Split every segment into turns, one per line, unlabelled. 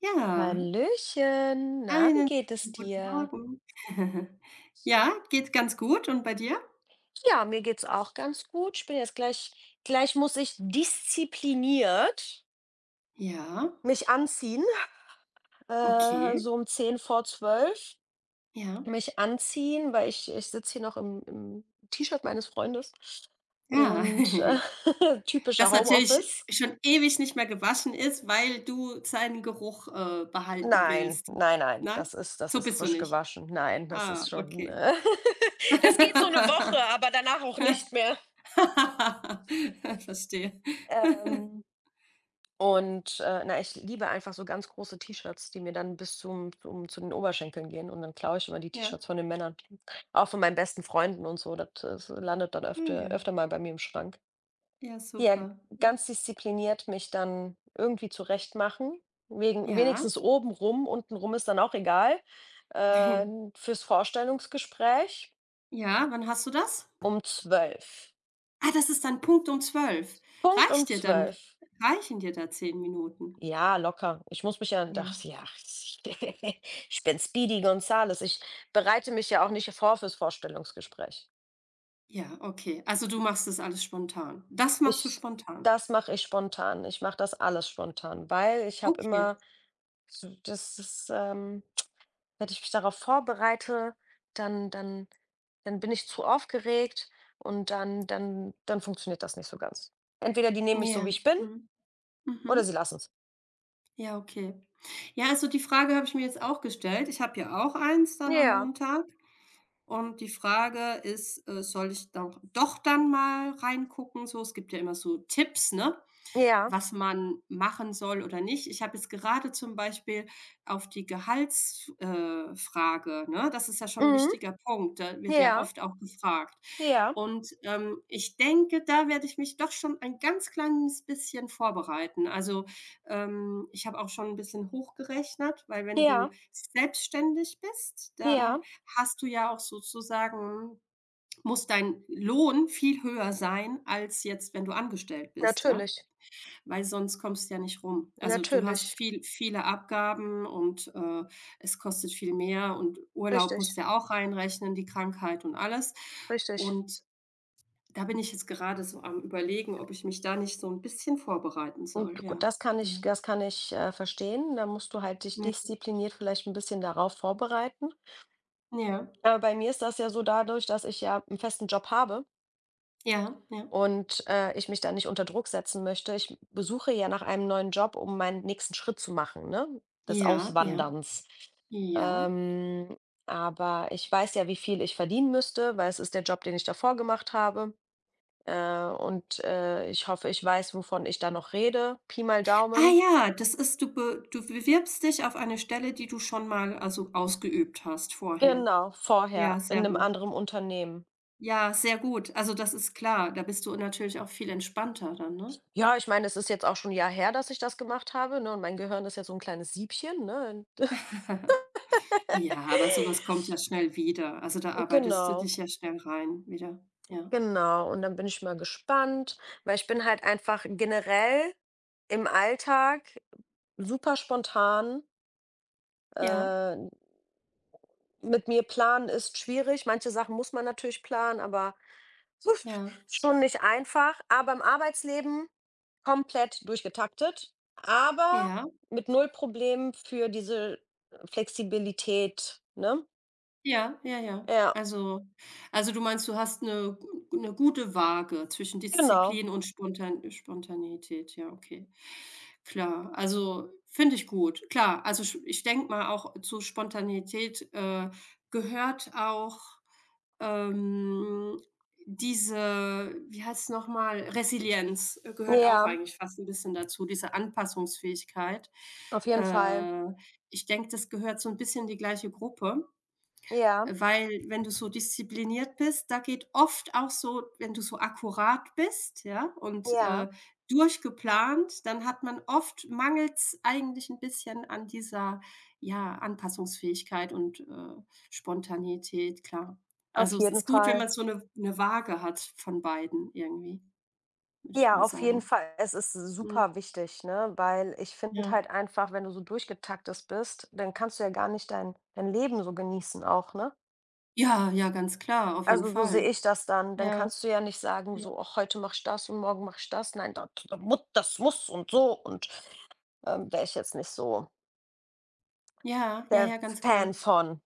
Ja,
Hallöchen, na, wie
einen
geht es
guten
dir?
Morgen. Ja, geht ganz gut und bei dir?
Ja, mir geht's auch ganz gut. Ich bin jetzt gleich muss ich diszipliniert
Ja,
mich anziehen,
okay,
so um 10 vor 12
ja.
mich anziehen, weil ich sitze hier noch im T-Shirt meines Freundes
Ja.
und, typischer
Das natürlich
Homeoffice.
schon ewig nicht mehr gewaschen ist, weil du seinen Geruch, behalten
Nein,
willst.
nein, nein,
Nein?
das ist das
So
ist
bist du
frisch
nicht.
gewaschen. Nein, das
Ah,
ist schon,
okay.
das geht so eine Woche, aber danach auch nicht mehr.
Verstehe.
Ähm Und, na, ich liebe einfach so ganz große T-Shirts, die mir dann bis zum zum zu den Oberschenkeln gehen und dann klaue ich immer die
Ja,
T-Shirts von den Männern. Auch von meinen besten Freunden und so, das es landet dann
ah
öfter
ja.
öfter mal bei mir im Schrank.
Ja,
Ja,
super.
ganz diszipliniert mich dann irgendwie zurechtmachen, wegen
Ja.
wenigstens oben rum, unten rum ist dann auch egal, äh, fürs Vorstellungsgespräch
Ja, wann hast du das?
um 12.
Ah, das ist dann Punkt um 12.
Punkt um
Reicht dir dann
12.
Reichen dir da 10 Minuten?
Ja, locker. Ich muss mich ja
Ja.
ach ja, ich bin Speedy Gonzales. Ich bereite mich ja auch nicht vor fürs Vorstellungsgespräch.
Ja, okay. Also, du machst das alles spontan. Das machst du
Ich
spontan.
das mache ich spontan. Ich mache das alles spontan, weil ich habe
Okay.
immer so das ist, wenn ich mich darauf vorbereite, dann dann dann bin ich zu aufgeregt und dann funktioniert das nicht so ganz. Entweder die nehmen mich so, wie
Ja.
ich bin,
Mhm. Mhm.
oder sie lassen es.
Ja, okay. Ja, also, die Frage habe ich mir jetzt auch gestellt. Ich habe ja auch eins dann am
Ja,
Montag und die Frage ist, soll ich doch dann mal reingucken so? Es gibt ja immer so Tipps, ne?
ja,
Was man machen soll oder nicht. Ich habe jetzt gerade zum Beispiel auf die Gehaltsfrage. Frage, ne? Das ist ja schon ein
mhm,
wichtiger Punkt, da wird ja
ja,
oft auch gefragt.
ja,
Und, ich denke, da werde ich mich doch schon ein ganz kleines bisschen vorbereiten. Also, ich habe auch schon ein bisschen hochgerechnet, weil wenn
ja,
du selbstständig bist, dann
ja.
hast du ja auch sozusagen muss dein Lohn viel höher sein als jetzt, wenn du angestellt bist, ja?
Natürlich,
Weil sonst kommst du ja nicht rum. Also, du
natürlich.
hast viele Abgaben und, es kostet viel mehr und Urlaub
Richtig,
musst du ja auch reinrechnen, die Krankheit und alles.
richtig.
Und da bin ich jetzt gerade so am Überlegen, ob ich mich da nicht so ein bisschen vorbereiten soll,
Und gut,
ja.
das kann ich
Ja.
das kann ich, verstehen. Da musst du halt dich diszipliniert vielleicht ein bisschen darauf vorbereiten.
Ja.
Aber bei mir ist das ja so dadurch, dass ich ja einen festen Job habe
Ja. Ja, ja.
und, ich mich da nicht unter Druck setzen möchte. Ich besuche ja nach einem neuen Job, um meinen nächsten Schritt zu machen, ne, des
Ja, ja,
Auswanderns.
ja.
Ähm, aber ich weiß ja, wie viel ich verdienen müsste, weil es ist der Job, den ich davor gemacht habe. Und, ich hoffe, ich weiß, wovon ich da noch rede. Pi mal
Ah
Daumen.
ja, das ist du bewirbst dich auf eine Stelle, die du schon mal also ausgeübt hast vorher.
Genau,
Ja,
vorher in
sehr
einem
gut.
anderen Unternehmen.
Ja, sehr gut. Also, das ist klar. Da bist du natürlich auch viel entspannter dann, ne?
Ja, ich meine, es ist jetzt auch schon 'n Jahr her, dass ich das gemacht habe, ne, und mein Gehirn ist ja so ein kleines Siebchen, ne?
Ja, aber sowas kommt ja schnell wieder. Also, da arbeitest du
Genau,
dich ja schnell rein wieder. Ja.
genau. Und dann bin ich mal gespannt, weil ich bin halt einfach generell im Alltag super spontan,
Ja,
äh mit mir planen ist schwierig. Manche Sachen muss man natürlich planen, aber uff,
ja,
schon nicht einfach. Aber im Arbeitsleben komplett durchgetaktet, aber
ja.
mit null Problemen für diese Flexibilität, ne?
Ja, ja, ja.
Ja,
Also, du meinst, du hast eine gute Waage zwischen
genau.
Disziplin und Spontaneität. Ja, okay. Klar, also, finde ich gut. Klar, also, sch ich denke mal auch zu Spontaneität, gehört auch, ähm, diese wie heißt's noch mal? Resilienz, gehört auch
Ja,
eigentlich fast ein bisschen dazu, diese Anpassungsfähigkeit.
auf jeden Fall.
Äh, Ich denke, das gehört so ein bisschen in die gleiche Gruppe.
Ja,
Weil wenn du so diszipliniert bist, da geht oft auch so wenn du so akkurat bist, ja, und,
ja,
durchgeplant, dann hat man oft mangelt's eigentlich ein bisschen an dieser, ja, Anpassungsfähigkeit und, Spontanität, klar.
auf
Also, es
jeden
ist gut, wenn
Fall.
man so eine Waage hat von beiden irgendwie, würde ich
Ja,
mal
auf jeden
sagen.
Fall. Es ist super
Mhm,
wichtig, ne, weil ich finde
ja.
halt einfach, wenn du so durchgetaktet bist, dann kannst du ja gar nicht dein Leben so genießen auch, ne?
Ja, ja, ganz klar, auf jeden
Also, so sehe
Fall.
ich das dann. Dann
Ja,
kannst du ja nicht sagen,
ja.
so: „Ach, heute mache ich das und morgen mache ich das.“ Nein, da da mu das muss und so und, wäre ich jetzt nicht so
Ja, ja,
der
ja, ganz
Fan
klar.
von.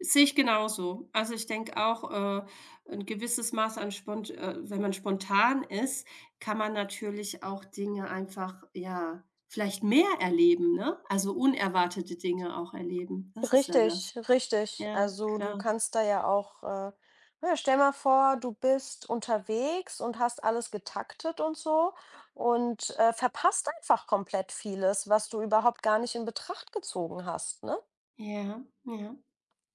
Sehe ich genauso. Also, ich denke auch, 'n gewisses Maß an spont wenn man spontan ist, kann man natürlich auch Dinge einfach, ja, vielleicht mehr erleben, ne? Also, unerwartete Dinge auch erleben. Das ist ja das.
Richtig, richtig.
Ja,
Also, du
klar.
kannst da ja auch, ja, stell mal vor, du bist unterwegs und hast alles getaktet und so und, verpasst einfach komplett vieles, was du überhaupt gar nicht in Betracht gezogen hast, ne?
Ja, ja.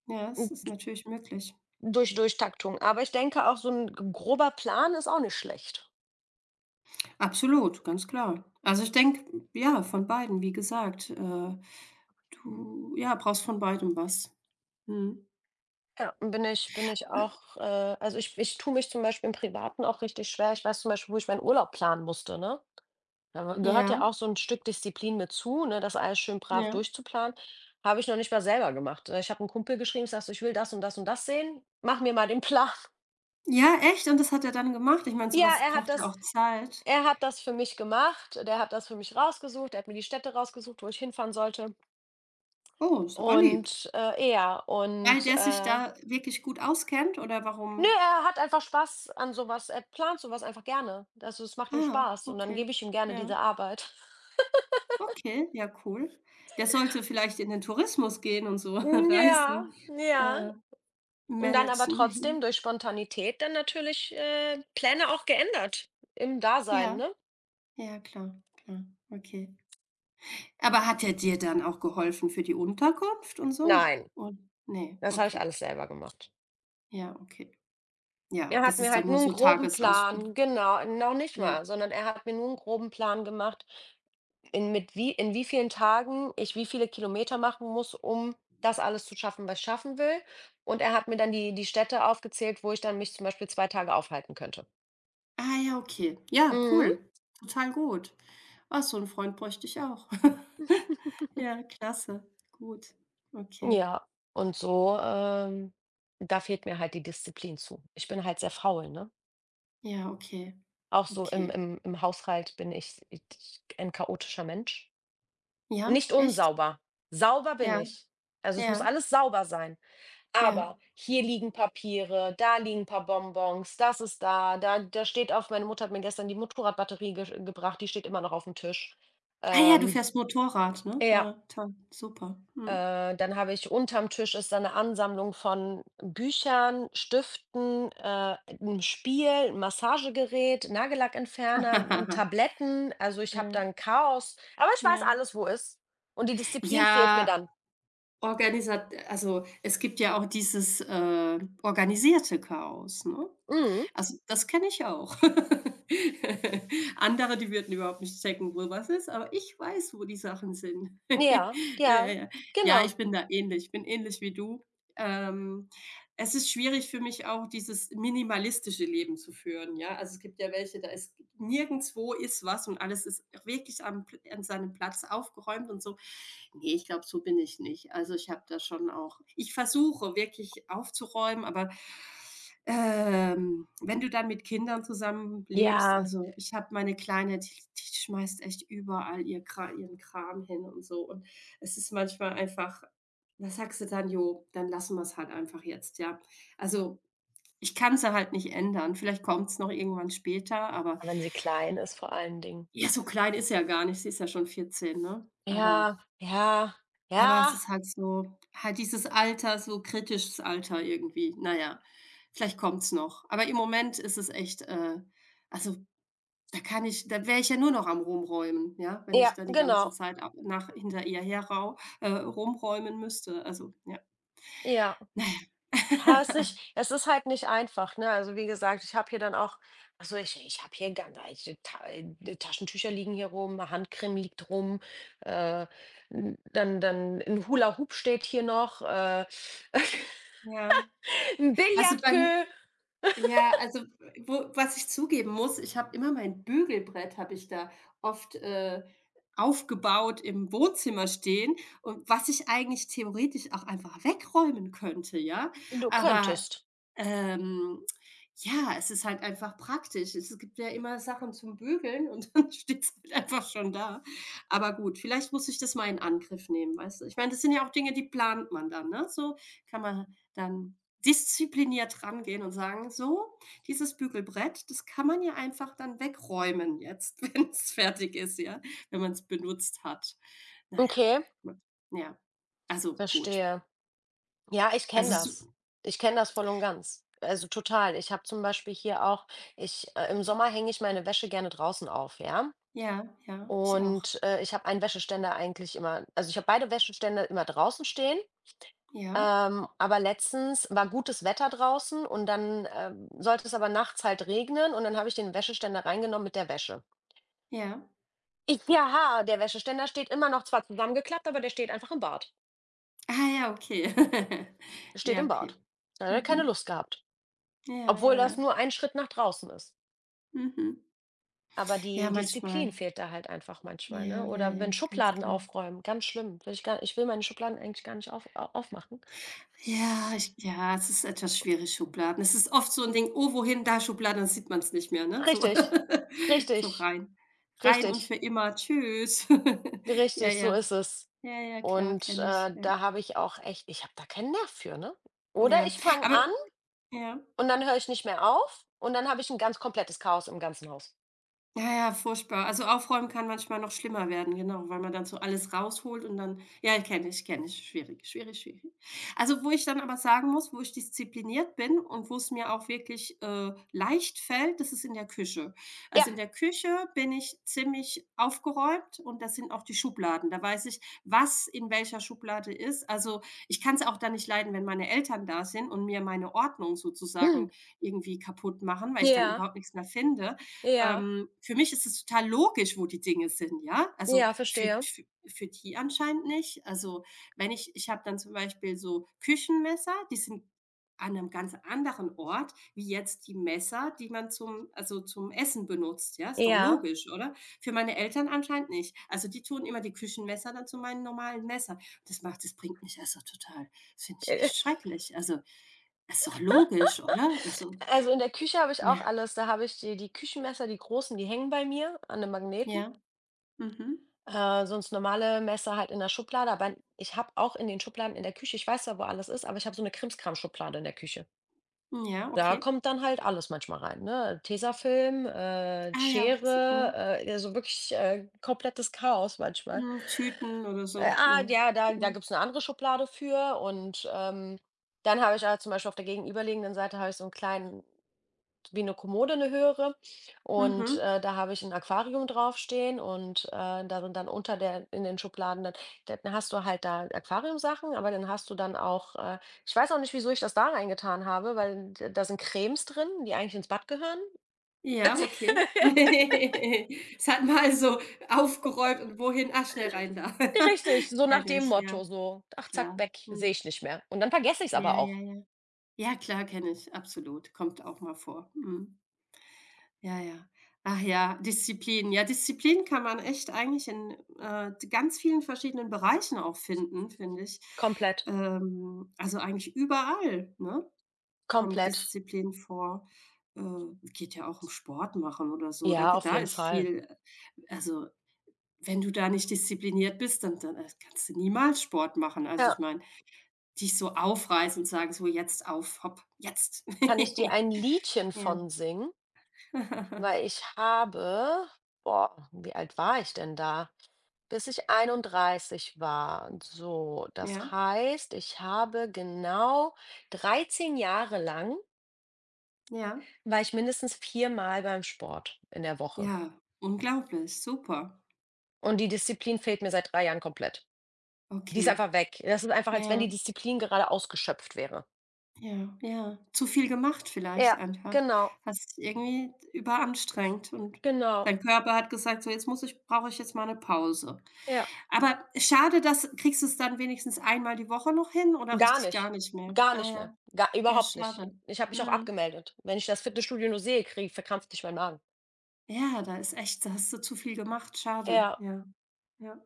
Ja,
Hm,
es ist natürlich möglich.
durch Durchtaktung. Aber ich denke auch, so ein grober Plan ist auch nicht schlecht.
Absolut, ganz klar. Also, ich denke, ja, von beiden, wie gesagt, du, ja, brauchst von beidem was. Mhm.
Ja, bin ich auch, also, ich tue mich zum Beispiel im Privaten auch richtig schwer. Ich weiß zum Beispiel, wo ich meinen Urlaub planen musste, ne? Da gehört ja
Ja,
auch so ein Stück Disziplin mit zu, ne, das alles schön brav
ja.
durchzuplanen. Habe ich noch nicht mal selber gemacht. Ich habe 'n Kumpel geschrieben, ich sage so: „Ich will das und das und das sehen. Mach mir mal den Plan.“
Ja, echt? Und das hat er dann gemacht? Ich meine, so
Ja,
was
er hat
braucht ja
das
auch Zeit.
er hat das für mich gemacht. Der hat das für mich rausgesucht. Er hat mir die Städte rausgesucht, wo ich hinfahren sollte.
Oh, ist aber lieb.
Und, ja,
Weil
und,
der sich da wirklich gut auskennt oder
ne,
warum?
er hat einfach Spaß an sowas. Er plant sowas einfach gerne. Also, es macht ihm
Ah,
Spaß und dann gebe
okay.
ich ihm gerne
Ja.
diese Arbeit.
Okay, ja, cool. Der sollte vielleicht in den Tourismus gehen und so
Hm, ja,
Reisen,
ja.
äh,
Und dann aber
managen
trotzdem
irgendwie.
durch Spontanität dann natürlich, Pläne auch geändert im Dasein,
Ja,
ne?
ja, klar, klar, okay. Aber hat er dir dann auch geholfen für die Unterkunft und so?
Nein,
Und ne,
das habe ich
okay.
alles selber gemacht.
Ja, okay. Ja,
Er hat
das
mir
ist
halt
dann nur
nur einen
so
groben Plan
Tagesausflüge.
genau, noch nicht
Ja.
mal, sondern er hat mir nur einen groben Plan gemacht. In wie vielen Tagen ich wie viele Kilometer machen muss, um das alles zu schaffen, was ich schaffen will. Und er hat mir dann die Städte aufgezählt, wo ich dann mich zum Beispiel 2 Tage aufhalten könnte.
Ah ja, okay. Ja,
Mhm,
cool. Total gut. Ah, so 'n Freund bräuchte ich auch. Ja, klasse. Gut. Okay.
ja. Und so, da fehlt mir halt die Disziplin zu. Ich bin halt sehr faul, ne?
Ja, okay,
Auch so im
okay.
im im Haushalt bin ich ein chaotischer Mensch.
Ja,
Nicht
echt?
unsauber. Sauber bin
Ja,
ich. Also, es
ja,
muss alles sauber sein.
ja.
Aber hier liegen Papiere, da liegen ein paar Bonbons, das ist da, da steht auf meine Mutter hat mir gestern die Motorradbatterie gesch gebracht, die steht immer noch auf dem Tisch.
Ah ja, du
Ähm,
fährst Motorrad, ne?
ja,
Ja, toll, super. Mhm.
dann habe ich unterm Tisch ist da eine Ansammlung von Büchern, Stiften, 'n Spiel, 'n Massagegerät, Nagellackentferner, Tabletten. Also, ich habe da
Ja,
'n Chaos, aber ich weiß
ja.
alles, wo ist. Und die Disziplin fehlt mir
Ja,
dann.
organisat also, es gibt ja auch dieses, organisierte Chaos, ne?
Mhm.
Also, das kenne ich auch. Andere, die würden überhaupt nicht checken, wo was ist, aber ich weiß, wo die Sachen sind.
Ja,
Ja, ja,
ja,
ja. Ja,
genau.
ich bin da ähnlich. Ich bin ähnlich wie du. Ähm, Es ist schwierig für mich auch, dieses minimalistische Leben zu führen, ja? Also, es gibt ja welche, da ist nirgendwo ist was und alles ist wirklich am Pl an seinem Platz aufgeräumt und so. Ne, ich glaube, so bin ich nicht. Also, ich habe da schon auch ich versuche wirklich aufzuräumen, aber wenn du dann mit Kindern zusammenlebst
Ja.
also, ich habe meine Kleine, die die schmeißt echt überall ihr Kra ihren Kram hin und so. Und es ist manchmal einfach da sagst du dann: „Jo, dann lassen wir es halt einfach jetzt“, ja. Also, ich kann's ja halt nicht ändern. Vielleicht kommt es noch irgendwann später, aber
Wenn sie klein ist vor allen Dingen.
ja, so klein ist sie ja gar nicht. Sie ist ja schon 14, ne?
Ja, ja, ja,
Aber es ist halt so halt dieses Alter, so kritisches Alter irgendwie. Na ja, vielleicht kommt's noch. Aber im Moment ist es echt, also, da kann ich da wäre ich ja nur noch am Rumräumen, ja, wenn
ja,
ich da die ganze
genau.
Zeit ab nach hinter ihr her rau rumräumen müsste. Also, ja,
Ja.
na
Ja, ist
ja.
nicht es ist halt nicht einfach, ne? Also, wie gesagt, ich habe hier dann auch also ich habe hier ganz, eiche Ta Taschentücher liegen hier rum, Handcreme liegt rum, äh, n dann ein Hula Hoop steht hier noch,
Ja.
'n
Also, bei
Billardqueue.
Ja, also, wo was ich zugeben muss, ich habe immer mein Bügelbrett habe ich da oft, aufgebaut im Wohnzimmer stehen und was ich eigentlich theoretisch auch einfach wegräumen könnte, ja?
Du
Aber
könntest.
ähm, ja, es ist halt einfach praktisch. Es gibt ja immer Sachen zum Bügeln und dann steht's halt einfach schon da. Aber gut, vielleicht muss ich das mal in Angriff nehmen, weißt du? Ich meine, das sind ja auch Dinge, die plant man dann, ne? So kann man dann diszipliniert rangehen und sagen: „So, dieses Bügelbrett, das kann man ja einfach dann wegräumen jetzt, wenn es fertig ist, ja, wenn man es benutzt hat.“ Na ja,
Okay,
gut. Ja, also gut.
verstehe. Ja, ich kenne
Also
das.
so
Ich kenne das voll und ganz. Also total. Ich habe zum Beispiel hier auch, im Sommer hänge ich meine Wäsche gerne draußen auf, ja.
ja, ja, ich auch.
Und ich habe einen Wäscheständer eigentlich immer, also ich habe beide Wäscheständer immer draußen stehen.
Ja.
Aber letztens war gutes Wetter draußen und dann sollte es aber nachts halt regnen und dann habe ich den Wäscheständer reingenommen mit der Wäsche.
Ja.
Ja, der Wäscheständer steht immer noch zwar zusammengeklappt, aber der steht einfach im Bad.
Ah ja, okay.
Der steht
Ja,
im
okay.
Bad. Da hat er
Mhm.
keine Lust gehabt.
Ja,
Obwohl
ja,
das
ja.
nur ein Schritt nach draußen ist.
Mhm.
Aber
Ja,
die
manchmal.
Disziplin fehlt da halt einfach manchmal, ne?
Ja, ja,
Oder wenn
ja, ganz
Schubladen
klar.
aufräumen, ganz schlimm. Will ich gar ich will meine Schubladen eigentlich gar nicht aufmachen.
Ja, ich ja, es ist etwas schwierig, Schubladen. Es ist oft so ein Ding: „Oh, wohin? Da Schubladen. Dann sieht man es nicht mehr, ne? So
Richtig,
so
richtig,
rein. Rein und
richtig,
für immer. Tschüss. Ja,
richtig, so
ja.
ist es.
Ja, ja, klar,
Und,
kenne ich. Ja.
da habe ich auch echt ich habe da keinen Nerv für, ne? Oder
Ja.
ich fange
Aber
an
ja.
und dann höre ich nicht mehr auf und dann habe ich ein ganz komplettes Chaos im ganzen Haus.
Ja, ja, furchtbar. Also, aufräumen kann manchmal noch schlimmer werden, genau, weil man dann so alles rausholt und dann ja, kenne ich, kenne ich. Schwierig, schwierig, schwierig. Also, wo ich dann aber sagen muss, wo ich diszipliniert bin und wo es mir auch wirklich, leicht fällt, das ist in der Küche.
Ja.
Also, in der Küche bin ich ziemlich aufgeräumt und das sind auch die Schubladen. Da weiß ich, was in welcher Schublade ist. Also, ich kann es auch dann nicht leiden, wenn meine Eltern da sind und mir meine Ordnung
Hm.
sozusagen irgendwie kaputt machen, weil ich dann
Ja,
überhaupt nichts mehr finde.
ja,
Für mich ist es total logisch, wo die Dinge sind, ja? Also,
ja, verstehe.
für die anscheinend nicht. Also, wenn ich ich habe dann zum Beispiel so Küchenmesser, die sind an einem ganz anderen Ort wie jetzt die Messer, die man zum also, zum Essen benutzt, ja? Ist doch
Ja.
logisch, oder? Für meine Eltern anscheinend nicht. Also, die tun immer die Küchenmesser dann zu meinen normalen Messern. Das bringt mich also total das finde ich echt schrecklich. Also, ist doch logisch, oder? Also
Also, in der Küche habe ich auch
ja,
alles. Da habe ich die Küchenmesser, die großen, die hängen bei mir an den Magneten.
ja. Mhm.
Sonst normale Messer halt in der Schublade, aber ich habe auch in den Schubladen in der Küche ich weiß zwar, wo alles ist, aber ich habe so eine 'ne Schublade in der Küche.
Ja,
Da
okay.
kommt dann halt alles manchmal rein, ne? Tesafilm,
Ah ja, okay, so,
Schere,
mhm.
also wirklich, komplettes Chaos manchmal.
Mhm, Tüten oder so,
Ah,
ja.
ja, da
Mhm.
gibt's eine andere Schublade für und, dann habe ich aber zum Beispiel auf der gegenüberliegenden Seite habe ich so einen kleinen wie eine Kommode, eine höhere und,
Mhm.
da habe ich ein Aquarium draufstehen und, da sind dann unter der in den Schubladen dann hast du halt da Aquariumsachen, aber dann hast du dann auch ich weiß auch nicht, wieso ich das da reingetan habe, weil d da sind Cremes drin, die eigentlich ins Bad gehören.
Ja, okay. Es hat mal so aufgeräumt und wohin? Ah, schnell rein da.
Richtig, so nach
Kenne
dem
ich,
Motto
ja,
so: „Ach, zack,
klar.
weg,
Mhm.
sehe ich nicht mehr.“ Und dann vergesse ich es aber
Ja,
auch
ja, ja. Ja, klar, kenne ich, absolut. Kommt auch mal vor. Mhm. Ja, ja. Ach ja, Disziplin. Ja, Disziplin kann man echt eigentlich in, ganz vielen verschiedenen Bereichen auch finden, finde ich.
komplett,
Also eigentlich überall, ne? Kommt
komplett.
Disziplin vor. Äh, Geht ja auch um Sport machen oder so. Da
Ja, auf
da
jeden
ist
Fall.
viel also, wenn du da nicht diszipliniert bist, dann kannst du niemals Sport machen. Also, ich
Ja,
meine, dich so aufreißen und sagen: „So, jetzt auf, hopp, jetzt.“
kann ich dir ein Liedchen
Ja.
von singen? Weil ich habe boah, wie alt war ich denn da? Bis ich 31 war. So,
Ja,
das heißt, ich habe genau 13 Jahre lang
ja,
war ich mindestens viermal beim Sport in der Woche.
ja, unglaublich, super.
Und die Disziplin fehlt mir seit 3 Jahren komplett. Die ist
Okay,
einfach weg. Das ist einfach, als wenn
ja.
die Disziplin gerade ausgeschöpft wäre.
Ja, ja. Zu viel gemacht
Ja,
vielleicht einfach.
genau,
Hast dich irgendwie überanstrengt und
genau.
dein Körper hat gesagt: „So, jetzt muss ich brauche ich jetzt mal eine Pause.“
Ja,
Aber schade, dass kriegst du es dann wenigstens einmal die Woche noch hin oder
gar
richtig gar
nicht.
nicht mehr?
Gar
Ah
nicht mehr.
ja,
Ga
ja,
überhaupt nicht.
schade.
Ich habe mich auch
Mhm.
abgemeldet. Wenn ich das Fitnessstudio nur sehe, kriege ich verkrampft nicht mein Magen.
Ja, da ist echt da hast du zu viel gemacht. Schade.
Ja,
Ja, ja.